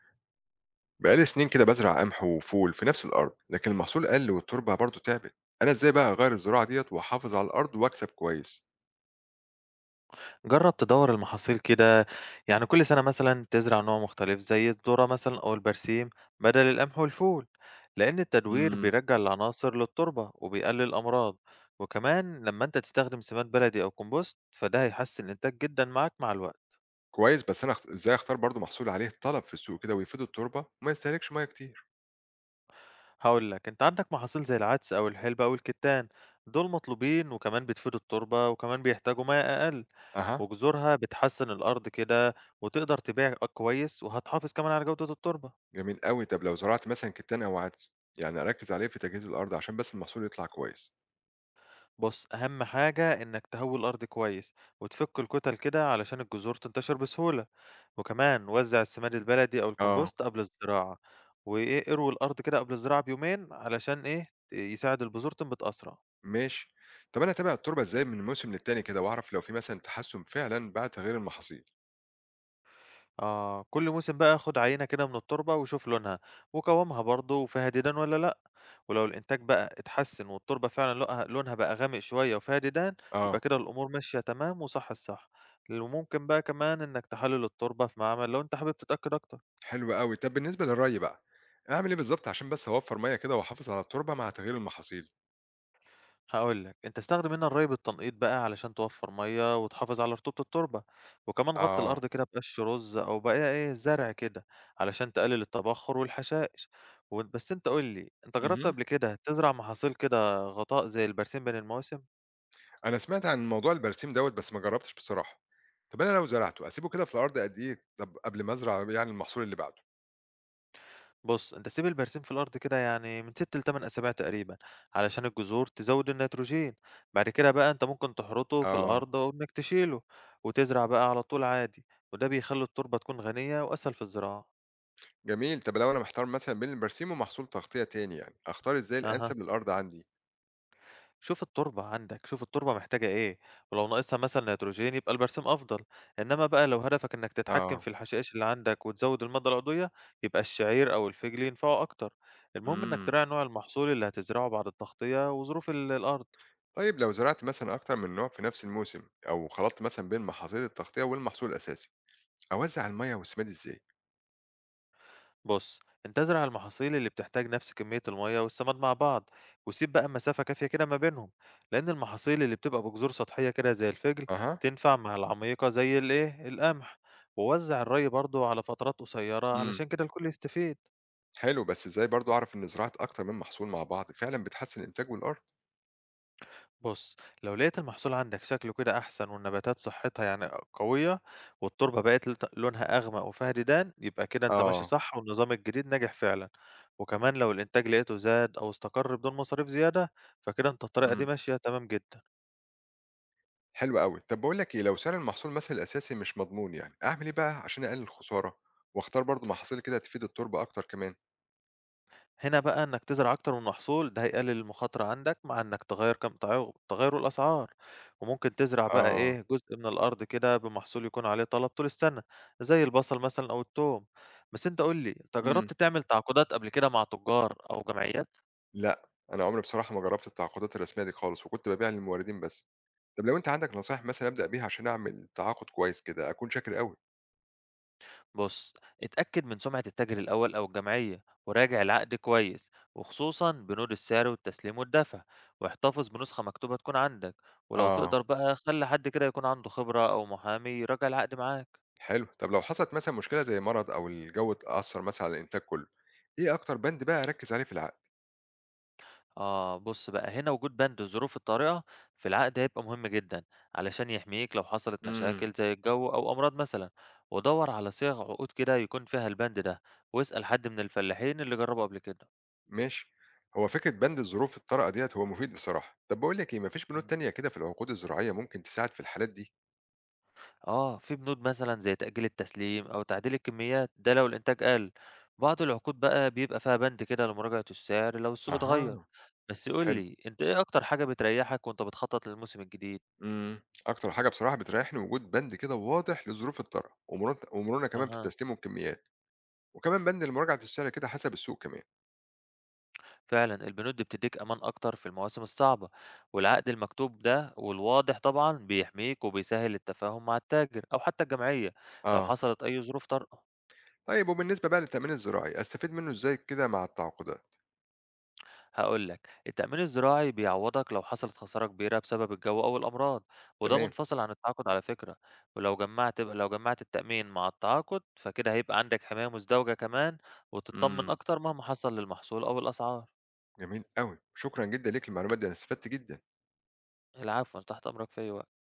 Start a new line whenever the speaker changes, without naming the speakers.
بقالي سنين كده بزرع قمح وفول في نفس الأرض، لكن المحصول قل والتربة برضو تعبت. أنا إزاي بقى أغير الزراعة ديت وأحافظ على الأرض وأكسب كويس؟
جرب تدور المحاصيل كده. يعني كل سنة مثلا تزرع نوع مختلف زي الذرة مثلا أو البرسيم بدل القمح والفول، لأن التدوير
امم
بيرجع العناصر للتربة وبيقلل الأمراض. وكمان لما أنت تستخدم سماد بلدي أو كومبوست فده هيحسن الإنتاج جدا معاك مع الوقت.
كويس، بس أنا إزاي أختار برضو محصول عليه طلب في السوق كده ويفيد التربة وما يستهلكش مية كتير؟
هقول لك أنت عندك محاصيل زي العدس أو الحلبة أو الكتان، دول مطلوبين وكمان بتفيدوا التربة وكمان بيحتاجوا ماء أقل،
أها.
وجذورها بتحسن الأرض كده، وتقدر تبيع كويس وهتحافظ كمان على جودة التربة.
جميل قوي، طب لو زرعت مثلا كتان أو عدس، يعني أركز عليه في تجهيز الأرض عشان بس المحصول يطلع كويس؟
بُص، أهم حاجة إنك تهوي الأرض كويس، وتفك الكُتَل كده علشان الجذور تنتشر بسهولة، وكمان وزّع السماد البلدي أو
اه،
الكومبوست قبل الزراعة، اروي الأرض كده قبل الزراعة بيومين علشان إيه، يساعد البذور تنبت أسرع.
ماشي. طب أنا أتابع التربة إزاي من موسم للتاني كده وأعرف لو في مثلا تحسن فعلا بعد تغيير المحاصيل؟
آه، كل موسم بقى خُد عينة كده من التربة وشوف لونها وقوامها برضه وفيها ديدن والّا لأ. ولو الإنتاج بقى اتحسّن والتربة فعلًا لقها لونها بقى غامق شوية وفيها ديدان،
اه.
يبقى كده الأمور ماشية تمام وصح الصح. وممكن بقى كمان إنّك تحلّل التربة في معمل لو أنت حابب تتأكد أكتر.
حلو أوي. طب بالنسبة للري بقى، أعمل إيه بالضبط عشان بس أوفّر مَيّة كده وأحافظ على التربة مع تغيير المحاصيل؟
هاقول لك، أنت استخدم هنا الري بالتنقيط بقى علشان توفّر مَيّة وتحافظ على رطوبة التربة، وكمان غطّي
آه.
الأرض كده بقش رُز أو بقايا زرع كده علشان تقلل التبخّر والحشائش. و بس أنت قُل لي، أنت جرّبت
اهم.
قبل كده تزرع محاصيل كده غطاء زي البرسيم بين المواسم؟
أنا سمعت عن موضوع البرسيم دوّة، بس ما جرّبتش بصراحة. طب أنا لو زرعته، أسيبه كده في الأرض قد إيه طب قبل ما أزرع يعني المحصول اللي بعده؟
بُص، أنت سيب البرسيم في الأرض كده يعني من 6 ل8 أسابيع تقريبًا، علشان الجذور تزوِّد النيتروجين، بعد كده بقى أنت ممكن تحرطه في
آه.
الأرض وإنك تشيله، وتزرع بقى على طول عادي، وده بيخلّي التربة تكون غنية وأسهل في الزراعة.
جميل. طب لو أنا محتار مثلًا بين البرسيم ومحصول تغطية تاني يعني، أختار إزاي
أها،
الأنسب للأرض عندي؟
شوف التربة عندك، شوف التربة محتاجة إيه، ولو ناقصها مثلًا نيتروجين يبقى البرسيم أفضل، إنما بقى لو هدفك إنك تتحكم
آه.
في الحشائش اللي عندك وتزوِّد المادة العضوية، يبقى الشعير أو الفجل ينفعوا أكتر. المهم إنك
إمم.
تراعي نوع المحصول اللي هتزرعه بعد التغطية وظروف الأرض.
طيب لو زرعت مثلًا أكتر من نوع في نفس الموسم، أو خلطت مثلًا بين محاصيل التغطية والمحصول الأساسي، أوزّع المَيّة والسماد إزاي؟
بص، انت ازرع المحاصيل اللي بتحتاج نفس كمية المية والسماد مع بعض، وسيب بقى مسافة كافية كده ما بينهم، لأن المحاصيل اللي بتبقى بجذور سطحية كده زي الفجل
أها.
تنفع مع العميقة زي القمح، ووزع الري برضو على فترات قصيرة
إمم.
علشان كده الكل يستفيد.
حلو، بس إزاي برضه أعرف إن زراعة أكتر من محصول مع بعض فعلًا بتحسّن الإنتاج والأرض؟
بص، لو لقيت المحصول عندك شكله كده أحسن والنباتات صحتها يعني قوية، والتربة بقت لونها أغمق وفيها ديدان، يبقى كده انت ماشي
آه.
صح والنظام الجديد ناجح فعلا. وكمان لو الإنتاج لقيته زاد أو استقر بدون مصاريف زيادة، فكده أنت الطريقة
إمم.
دي ماشية تمام جدًا.
حلو أوي. طَب باقول لك إيه، لو سعر المحصول مثلًا الأساسي مش مضمون يعني، أعمل إيه بقى عشان أقلل الخسارة واختار برضه محاصيل كده تفيد التربة أكتر كمان؟
هنا بقى إنك تزرع أكتر من محصول ده هيقلل المخاطرة عندك مع إنك تغيّر كم تع تغيّر الأسعار. وممكن تزرع بقى
آه.
جزء من الأرض كده بمحصول يكون عليه طلب طول السنة زي البصل مثلًا أو التوم. بس أنت قُل لي، أنت
إمم.
جرّبت تعمل تعاقدات قبل كده مع تجار أو جمعيات؟
لأ، أنا عمري بصراحة ما جرّبت التعاقدات الرسمية دي خالص، وكنت بابيع للموردين بس. طَب لو أنت عندك نصايح مثلًا أبدأ بيها عشان أعمل تعاقد كويس كده، أكون شاكر أوي.
بُص، اتأكد من سمعة التاجر الأول أو الجمعية، وراجع العقد كويس، وخصوصًا بنود السعر والتسليم والدفع، واحتفظ بنسخة مكتوبة تكون عندك، ولو
آه،
تقدر بقى خلّي حد كده يكون عنده خبرة أو محامي يراجع العقد معاك.
حلو. طَب لو حصلت مثلًا مشكلة زي مرض أو الجو اتأثّر مثلًا على الإنتاج كُلّه، إيه أكتر بند بقى أركّز عليه في العقد؟
آه، بُص بقى هنا وجود بند الظروف الطارئة في العقد هيبقى مهم جدًا، علشان يحميك لو حصلت
إمم،
مشاكل زي الجو أو أمراض مثلًا، ودوّر على صيغ عقود كده يكون فيها البند ده، واسأل حد من الفلاحين اللي جربوا قبل كده.
ماشي. هو فكرة بند الظروف الطارئة ديّة هو مفيد بصراحة. طب باقول لك إيه، ما فيش بنود تانية كده في العقود الزراعية ممكن تساعد في الحالات دي؟
آه، في بنود مثلًا زي تأجيل التسليم أو تعديل الكميات، ده لو الإنتاج قل. بعض العقود بقى بيبقى فيها بند كده لمراجعة السعر لو السوق اتغير.
أها.
بس قُل
حلو.
لي، أنت إيه أكتر حاجة بتريحك وأنت بتخطط للموسم الجديد؟
إمم. أكتر حاجة بصراحة بتريحني وجود بند كده واضح للظروف الطارئة، ومرونة كمان في
أها،
التسليم والكميات، وكمان بند
إمم.
لمراجعة السعر كده حسب السوق كمان.
فعلًا البنود دي بتدّيك أمان أكتر في المواسم الصعبة، والعقد المكتوب ده والواضح طبعًا بيحميك وبيسهّل التفاهم مع التاجر أو حتى الجمعية لو
آه.
حصلت أي ظروف طارئة.
طيب وبالنسبة بقى للتأمين الزراعي، أستفيد منه إزاي كده مع التعاقدات؟
هقول لك التأمين الزراعي بيعوضك لو حصلت خسارة كبيرة بسبب الجو أو الأمراض، وده
تمام.
منفصل عن التعاقد على فكرة. ولو جمعت التأمين مع التعاقد فكده هيبقى عندك حماية مزدوجة كمان، وتطمن
إمم.
أكتر مهما حصل للمحصول أو الأسعار.
جميل أوي. شكرًا جدًا ليك للمعلومات دي، أنا استفدت جدًا.
العفو، أنا تحت أمرك في أي وقت.